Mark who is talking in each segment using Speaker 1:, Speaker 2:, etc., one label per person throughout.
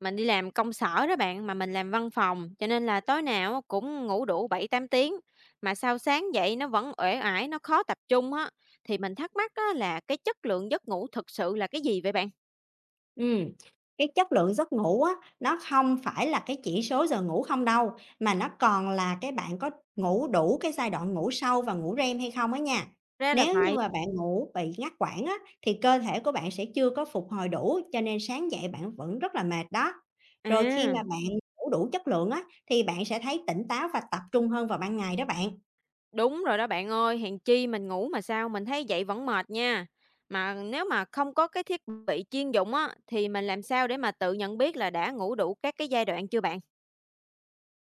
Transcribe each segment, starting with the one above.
Speaker 1: Mình đi làm công sở đó bạn, mà mình làm văn phòng, cho nên là tối nào cũng ngủ đủ 7 8 tiếng, mà sao sáng dậy nó vẫn uể oải, nó khó tập trung á. Thì mình thắc mắc á là cái chất lượng giấc ngủ thực sự là cái gì vậy bạn?
Speaker 2: Ừm, cái chất lượng giấc ngủ á, nó không phải là cái chỉ số giờ ngủ không đâu, mà nó còn là cái bạn có ngủ đủ cái giai đoạn ngủ sâu và ngủ REM hay không á nha.
Speaker 1: Ra là
Speaker 2: Nếu như
Speaker 1: vậy.
Speaker 2: mà bạn ngủ bị ngắt quãng á, thì cơ thể của bạn sẽ chưa có phục hồi đủ, cho nên sáng dậy bạn vẫn rất là mệt đó. Rồi khi
Speaker 1: À,
Speaker 2: mà bạn ngủ đủ chất lượng á, thì bạn sẽ thấy tỉnh táo và tập trung hơn vào ban ngày đó bạn.
Speaker 1: đúng rồi đó bạn ơi, hèn chi mình ngủ mà sao mình thấy dậy vẫn mệt nha. Mà nếu mà không có cái thiết bị chuyên dụng á, thì mình làm sao để mà tự nhận biết là đã ngủ đủ các cái giai đoạn chưa bạn?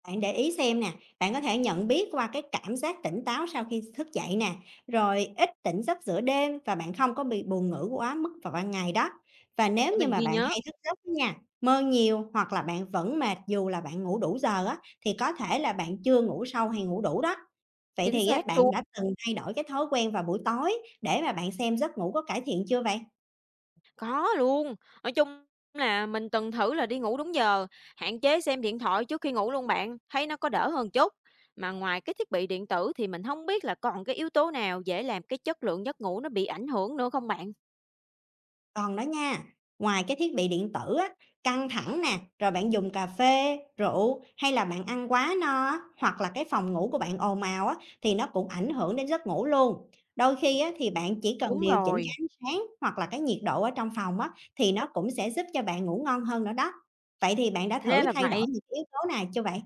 Speaker 2: Bạn để ý xem nè, bạn có thể nhận biết qua cái cảm giác tỉnh táo sau khi thức dậy nè, rồi ít tỉnh giấc giữa đêm và bạn không có bị buồn ngủ quá mức vào ban ngày đó. Và
Speaker 1: Để
Speaker 2: nếu như
Speaker 1: mình
Speaker 2: mà
Speaker 1: ghi
Speaker 2: bạn
Speaker 1: nhớ.
Speaker 2: hay thức giấc đó nha, mơ nhiều hoặc là bạn vẫn mệt dù là bạn ngủ đủ giờ á, thì có thể là bạn chưa ngủ sâu hay ngủ đủ đó. Vậy
Speaker 1: Chính
Speaker 2: thì á,
Speaker 1: xác
Speaker 2: bạn
Speaker 1: luôn.
Speaker 2: đã từng thay đổi cái thói quen vào buổi tối để mà bạn xem giấc ngủ có cải thiện chưa vậy?
Speaker 1: Có luôn, nói chung là mình từng thử là đi ngủ đúng giờ, hạn chế xem điện thoại trước khi ngủ luôn bạn, thấy nó có đỡ hơn chút. Mà ngoài cái thiết bị điện tử thì mình không biết là còn cái yếu tố nào dễ làm cái chất lượng giấc ngủ nó bị ảnh hưởng nữa không bạn?
Speaker 2: Còn đó nha, ngoài cái thiết bị điện tử á, căng thẳng nè, rồi bạn dùng cà phê, rượu hay là bạn ăn quá no á, hoặc là cái phòng ngủ của bạn ồn ào á, thì nó cũng ảnh hưởng đến giấc ngủ luôn. Đôi khi á, thì bạn chỉ cần
Speaker 1: Đúng
Speaker 2: điều chỉnh cái
Speaker 1: rồi,
Speaker 2: ánh sáng hoặc là cái nhiệt độ ở trong phòng á, thì nó cũng sẽ giúp cho bạn ngủ ngon hơn nữa đó. Vậy thì bạn đã
Speaker 1: ra
Speaker 2: thử
Speaker 1: là
Speaker 2: thay đổi
Speaker 1: vậy.
Speaker 2: những cái yếu tố này chưa vậy?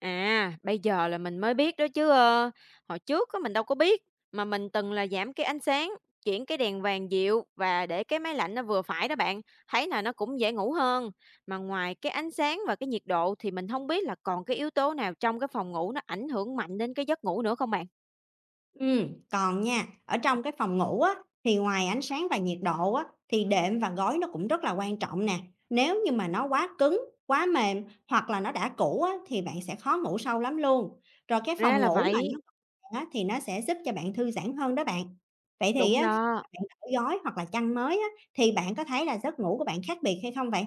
Speaker 1: À, bây giờ là mình mới biết đó chứ, ơ, hồi trước á mình đâu có biết, mà mình từng là giảm cái ánh sáng, chuyển cái đèn vàng dịu và để cái máy lạnh nó vừa phải đó bạn, thấy là nó cũng dễ ngủ hơn. Mà ngoài cái ánh sáng và cái nhiệt độ thì mình không biết là còn cái yếu tố nào trong cái phòng ngủ nó ảnh hưởng mạnh đến cái giấc ngủ nữa không bạn?
Speaker 2: Còn nha, ở trong cái phòng ngủ á, thì ngoài ánh sáng và nhiệt độ á, thì đệm và gối nó cũng rất là quan trọng nè. Nếu như mà nó quá cứng, quá mềm hoặc là nó đã cũ á, thì bạn sẽ khó ngủ sâu lắm luôn. Rồi cái
Speaker 1: Ra
Speaker 2: phòng
Speaker 1: là
Speaker 2: ngủ mà
Speaker 1: vậy,
Speaker 2: nó gọn á, thì nó sẽ giúp cho bạn thư giãn hơn đó bạn. Vậy thì
Speaker 1: đúng
Speaker 2: á, khi
Speaker 1: đó.
Speaker 2: mà bạn đổi gối hoặc là chăn mới á, thì bạn có thấy là giấc ngủ của bạn khác biệt hay không vậy?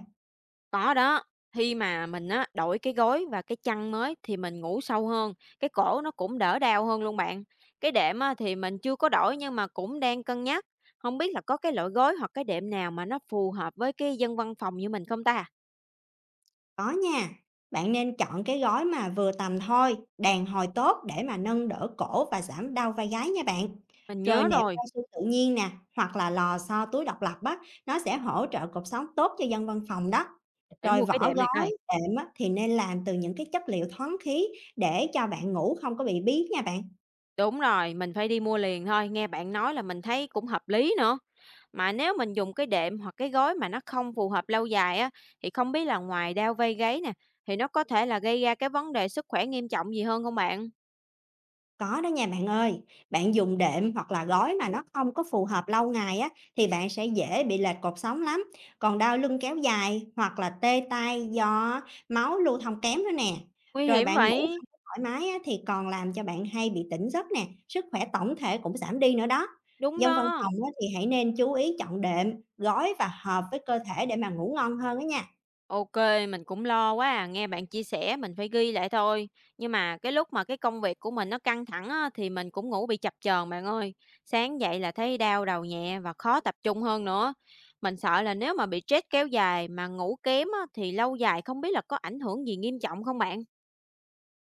Speaker 1: Có đó, khi mà mình á, đổi cái gối và cái chăn mới thì mình ngủ sâu hơn, cái cổ nó cũng đỡ đau hơn luôn bạn. Cái đệm á, thì mình chưa có đổi nhưng mà cũng đang cân nhắc. Không biết là có cái loại gối hoặc cái đệm nào mà nó phù hợp với cái dân văn phòng như mình không ta?
Speaker 2: Có nha, bạn nên chọn cái gói mà vừa tầm thôi, đàn hồi tốt để mà nâng đỡ cổ và giảm đau vai gáy nha bạn.
Speaker 1: Mình
Speaker 2: Rồi
Speaker 1: nhớ
Speaker 2: nệm
Speaker 1: rồi,
Speaker 2: cao su tự nhiên nè, hoặc là lò xo túi độc lập á, nó sẽ hỗ trợ cột sống tốt cho dân văn phòng đó.
Speaker 1: để
Speaker 2: Rồi
Speaker 1: mua cái
Speaker 2: vỏ
Speaker 1: đệm này
Speaker 2: gói,
Speaker 1: coi.
Speaker 2: đệm á, thì nên làm từ những cái chất liệu thoáng khí để cho bạn ngủ không có bị bí nha bạn.
Speaker 1: Đúng rồi, mình phải đi mua liền thôi, nghe bạn nói là mình thấy cũng hợp lý nữa. Mà nếu mình dùng cái đệm hoặc cái gối mà nó không phù hợp lâu dài á, thì không biết là ngoài đau vai gáy nè, thì nó có thể là gây ra cái vấn đề sức khỏe nghiêm trọng gì hơn không bạn?
Speaker 2: Có đó nha bạn ơi, bạn dùng đệm hoặc là gói mà nó không có phù hợp lâu ngày á thì bạn sẽ dễ bị lệch cột sống lắm. Còn đau lưng kéo dài hoặc là tê tay do máu lưu thông kém nữa nè.
Speaker 1: Nguy
Speaker 2: Rồi
Speaker 1: hiểm
Speaker 2: bạn ngủ
Speaker 1: vậy?
Speaker 2: không có thoải mái á, thì còn làm cho bạn hay bị tỉnh giấc nè, sức khỏe tổng thể cũng giảm đi nữa đó.
Speaker 1: Đúng
Speaker 2: Dân văn
Speaker 1: đó.
Speaker 2: phòng á, thì hãy nên chú ý chọn đệm, gói và hợp với cơ thể để mà ngủ ngon hơn á nha.
Speaker 1: Ok, mình cũng lo quá à, nghe bạn chia sẻ mình phải ghi lại thôi. Nhưng mà cái lúc mà cái công việc của mình nó căng thẳng á, thì mình cũng ngủ bị chập chờn bạn ơi. Sáng dậy là thấy đau đầu nhẹ và khó tập trung hơn nữa. Mình sợ là nếu mà bị stress kéo dài mà ngủ kém á, thì lâu dài không biết là có ảnh hưởng gì nghiêm trọng không bạn?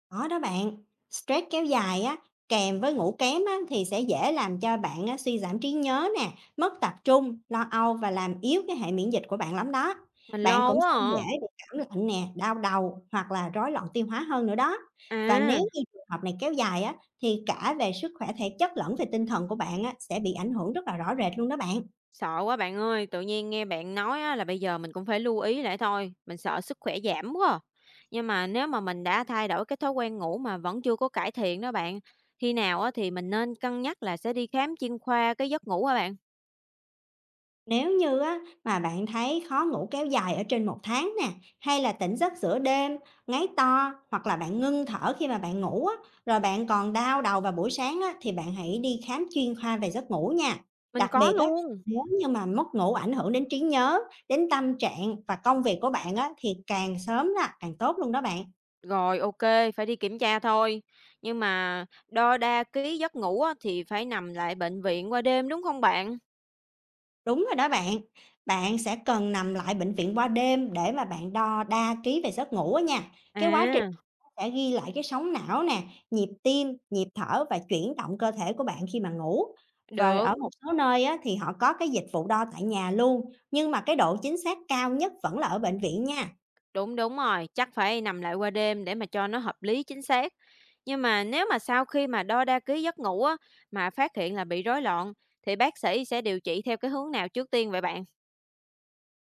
Speaker 2: Có đó bạn, stress kéo dài á, kèm với ngủ kém á, thì sẽ dễ làm cho bạn á, suy giảm trí nhớ nè, mất tập trung, lo âu và làm yếu cái hệ miễn dịch của bạn lắm đó.
Speaker 1: Mình
Speaker 2: Bạn
Speaker 1: lo
Speaker 2: cũng
Speaker 1: quá
Speaker 2: sẽ
Speaker 1: à.
Speaker 2: dễ bị cảm lạnh nè, đau đầu hoặc là rối loạn tiêu hóa hơn nữa đó. Và nếu
Speaker 1: À,
Speaker 2: như trường hợp này kéo dài á, thì cả về sức khỏe thể chất lẫn về tinh thần của bạn á, sẽ bị ảnh hưởng rất là rõ rệt luôn đó bạn.
Speaker 1: sợ quá bạn ơi, tự nhiên nghe bạn nói á, là bây giờ mình cũng phải lưu ý lại thôi, mình sợ sức khỏe giảm quá à. Nhưng mà nếu mà mình đã thay đổi cái thói quen ngủ mà vẫn chưa có cải thiện đó bạn, khi nào á, thì mình nên cân nhắc là sẽ đi khám chuyên khoa cái giấc ngủ hả bạn?
Speaker 2: Nếu như á, mà bạn thấy khó ngủ kéo dài ở trên một tháng nè, hay là tỉnh giấc giữa đêm, ngáy to hoặc là bạn ngưng thở khi mà bạn ngủ á, rồi bạn còn đau đầu vào buổi sáng á, thì bạn hãy đi khám chuyên khoa về giấc ngủ nha.
Speaker 1: Mình
Speaker 2: Đặc
Speaker 1: có
Speaker 2: biệt á,
Speaker 1: luôn.
Speaker 2: nếu như mà mất ngủ ảnh hưởng đến trí nhớ, đến tâm trạng và công việc của bạn á, thì càng sớm là càng tốt luôn đó bạn.
Speaker 1: Rồi ok, phải đi kiểm tra thôi. Nhưng mà đo đa ký giấc ngủ á, thì phải nằm lại bệnh viện qua đêm đúng không bạn?
Speaker 2: Đúng rồi đó bạn. Bạn sẽ cần nằm lại bệnh viện qua đêm để mà bạn đo đa trí về giấc ngủ á nha. Cái quá
Speaker 1: À,
Speaker 2: sẽ ghi lại cái sóng não nè, nhịp tim, nhịp thở và chuyển động cơ thể của bạn khi mà ngủ. Và
Speaker 1: được.
Speaker 2: ở một số nơi á, thì họ có cái dịch vụ đo tại nhà luôn, nhưng mà cái độ chính xác cao nhất vẫn là ở bệnh viện nha.
Speaker 1: Đúng, đúng rồi, chắc phải nằm lại qua đêm để mà cho nó hợp lý chính xác. Nhưng mà nếu mà sau khi mà đo đa ký giấc ngủ á, mà phát hiện là bị rối loạn thì bác sĩ sẽ điều trị theo cái hướng nào trước tiên vậy bạn?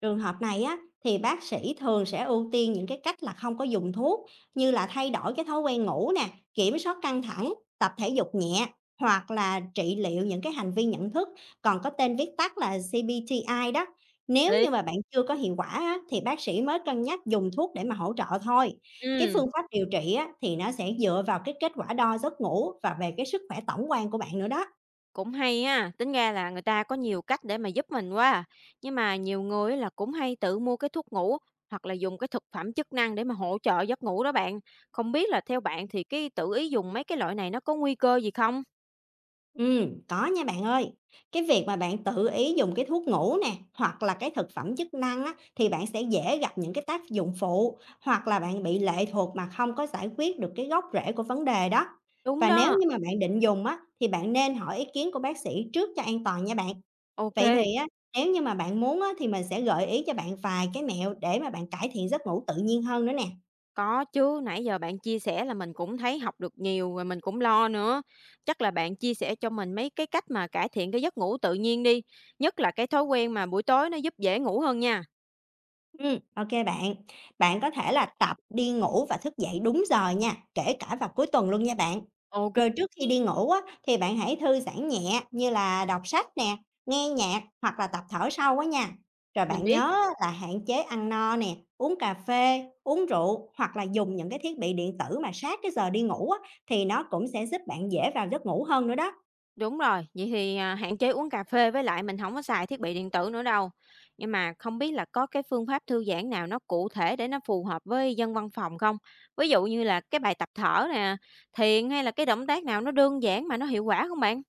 Speaker 2: Trường hợp này á thì bác sĩ thường sẽ ưu tiên những cái cách là không có dùng thuốc như là thay đổi cái thói quen ngủ nè, kiểm soát căng thẳng, tập thể dục nhẹ hoặc là trị liệu những cái hành vi nhận thức còn có tên viết tắt là CBTI đó. Nếu
Speaker 1: Lý.
Speaker 2: như mà bạn chưa có hiệu quả á, thì bác sĩ mới cân nhắc dùng thuốc để mà hỗ trợ thôi. Cái
Speaker 1: Ừm,
Speaker 2: phương pháp điều trị á, thì nó sẽ dựa vào cái kết quả đo giấc ngủ và về cái sức khỏe tổng quan của bạn nữa đó.
Speaker 1: cũng hay ha, tính ra là người ta có nhiều cách để mà giúp mình quá à. Nhưng mà nhiều người á là cũng hay tự mua cái thuốc ngủ hoặc là dùng cái thực phẩm chức năng để mà hỗ trợ giấc ngủ đó bạn. Không biết là theo bạn thì cái tự ý dùng mấy cái loại này nó có nguy cơ gì không?
Speaker 2: Có nha bạn ơi. Cái việc mà bạn tự ý dùng cái thuốc ngủ nè, hoặc là cái thực phẩm chức năng á, thì bạn sẽ dễ gặp những cái tác dụng phụ, hoặc là bạn bị lệ thuộc mà không có giải quyết được cái gốc rễ của vấn đề đó.
Speaker 1: Đúng
Speaker 2: Và nếu
Speaker 1: đó.
Speaker 2: như mà bạn định dùng á, thì bạn nên hỏi ý kiến của bác sĩ trước cho an toàn nha bạn. Vậy
Speaker 1: Ok.
Speaker 2: thì á, nếu như mà bạn muốn á, thì mình sẽ gợi ý cho bạn vài cái mẹo để mà bạn cải thiện giấc ngủ tự nhiên hơn nữa nè.
Speaker 1: Có chứ, nãy giờ bạn chia sẻ là mình cũng thấy học được nhiều rồi mình cũng lo nữa. Chắc là bạn chia sẻ cho mình mấy cái cách mà cải thiện cái giấc ngủ tự nhiên đi, nhất là cái thói quen mà buổi tối nó giúp dễ ngủ hơn nha.
Speaker 2: Ô bạn. Bạn có thể là tập đi ngủ và thức dậy đúng giờ nha, kể cả vào cuối tuần luôn nha bạn.
Speaker 1: Ok.
Speaker 2: Rồi trước khi đi ngủ á, thì bạn hãy thư giãn nhẹ như là đọc sách nè, nghe nhạc hoặc là tập thở sâu á nha. Rồi
Speaker 1: Mình
Speaker 2: bạn
Speaker 1: biết,
Speaker 2: nhớ á là hạn chế ăn no nè, uống cà phê, uống rượu hoặc là dùng những cái thiết bị điện tử mà sát cái giờ đi ngủ á, thì nó cũng sẽ giúp bạn dễ vào giấc ngủ hơn nữa đó.
Speaker 1: đúng rồi, vậy thì, à, hạn chế uống cà phê với lại mình không có xài thiết bị điện tử nữa đâu. Nhưng mà không biết là có cái phương pháp thư giãn nào nó cụ thể để nó phù hợp với dân văn phòng không? Ví dụ như là cái bài tập thở nè, thiền hay là cái động tác nào nó đơn giản mà nó hiệu quả không bạn?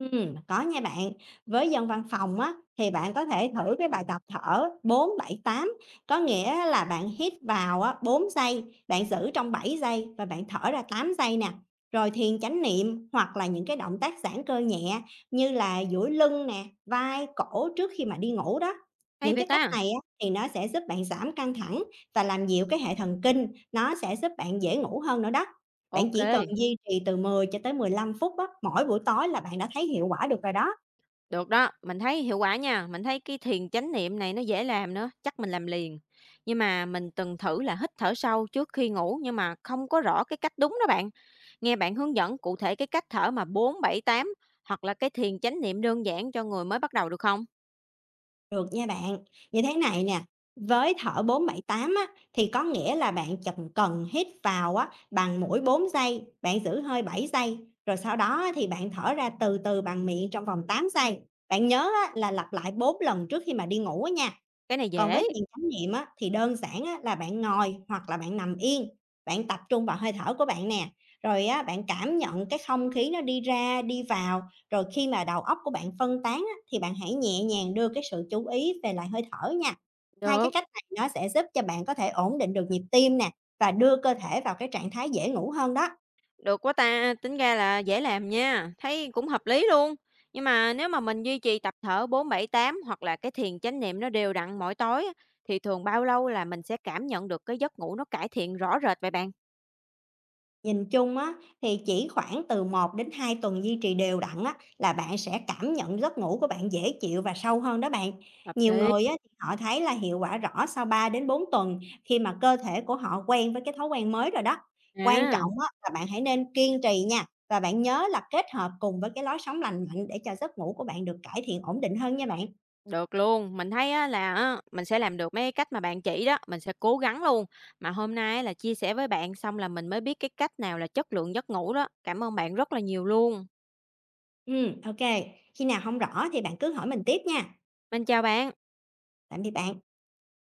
Speaker 2: Có nha bạn. Với dân văn phòng á, thì bạn có thể thử cái bài tập thở bốn bảy tám có nghĩa là bạn hít vào á, 4 giây, bạn giữ trong 7 giây và bạn thở ra 8 giây nè. Rồi thiền chánh niệm hoặc là những cái động tác giãn cơ nhẹ như là duỗi lưng nè, vai, cổ trước khi mà đi ngủ đó.
Speaker 1: Hay
Speaker 2: Những
Speaker 1: vậy
Speaker 2: cái cách
Speaker 1: ta?
Speaker 2: này á, thì nó sẽ giúp bạn giảm căng thẳng và làm dịu cái hệ thần kinh, nó sẽ giúp bạn dễ ngủ hơn nữa đó. Bạn chỉ cần
Speaker 1: OK.
Speaker 2: duy trì từ 10 cho tới 15 phút á, mỗi buổi tối là bạn đã thấy hiệu quả được rồi đó.
Speaker 1: Được đó, mình thấy hiệu quả nha, mình thấy cái thiền chánh niệm này nó dễ làm nữa, chắc mình làm liền. Nhưng mà mình từng thử là hít thở sâu trước khi ngủ nhưng mà không có rõ cái cách đúng đó bạn. Nghe bạn hướng dẫn cụ thể cái cách thở mà 4 7 8 hoặc là cái thiền chánh niệm đơn giản cho người mới bắt đầu được không?
Speaker 2: Được nha bạn. Như thế này nè, với thở 478 á, thì có nghĩa là bạn chần cần hít vào á, bằng mũi 4 giây, bạn giữ hơi 7 giây, rồi sau đó á, thì bạn thở ra từ từ bằng miệng trong vòng 8 giây. Bạn nhớ á, là lặp lại 4 lần trước khi mà đi ngủ á nha.
Speaker 1: Cái này
Speaker 2: Còn
Speaker 1: dễ.
Speaker 2: với thiền chánh niệm á, thì đơn giản á, là bạn ngồi hoặc là bạn nằm yên, bạn tập trung vào hơi thở của bạn nè, rồi á, bạn cảm nhận cái không khí nó đi ra, đi vào, rồi khi mà đầu óc của bạn phân tán á, thì bạn hãy nhẹ nhàng đưa cái sự chú ý về lại hơi thở nha. Hai cái
Speaker 1: Được.
Speaker 2: cách này nó sẽ giúp cho bạn có thể ổn định được nhịp tim nè và đưa cơ thể vào cái trạng thái dễ ngủ hơn đó.
Speaker 1: Được quá ta, tính ra là dễ làm nha, thấy cũng hợp lý luôn. Nhưng mà nếu mà mình duy trì tập thở 4 7 8 hoặc là cái thiền chánh niệm nó đều đặn mỗi tối á, thì thường bao lâu là mình sẽ cảm nhận được cái giấc ngủ nó cải thiện rõ rệt vậy bạn?
Speaker 2: Nhìn chung á, thì chỉ khoảng từ một đến 2 tuần duy trì đều đặn á, là bạn sẽ cảm nhận giấc ngủ của bạn dễ chịu và sâu hơn đó bạn.
Speaker 1: Hợp
Speaker 2: Nhiều
Speaker 1: lý.
Speaker 2: người á, thì họ thấy là hiệu quả rõ sau 3 đến 4 tuần khi mà cơ thể của họ quen với cái thói quen mới rồi đó. Quan
Speaker 1: À,
Speaker 2: trọng á, là bạn hãy nên kiên trì nha và bạn nhớ là kết hợp cùng với cái lối sống lành mạnh để cho giấc ngủ của bạn được cải thiện ổn định hơn nha bạn.
Speaker 1: được luôn. Mình thấy á, là á, mình sẽ làm được mấy cái cách mà bạn chỉ đó, mình sẽ cố gắng luôn. Mà hôm nay á, là chia sẻ với bạn xong là mình mới biết cái cách nào là chất lượng giấc ngủ đó. Cảm ơn bạn rất là nhiều luôn.
Speaker 2: Ok khi nào không rõ thì bạn cứ hỏi mình tiếp nha.
Speaker 1: Mình chào bạn.
Speaker 2: Tạm biệt bạn.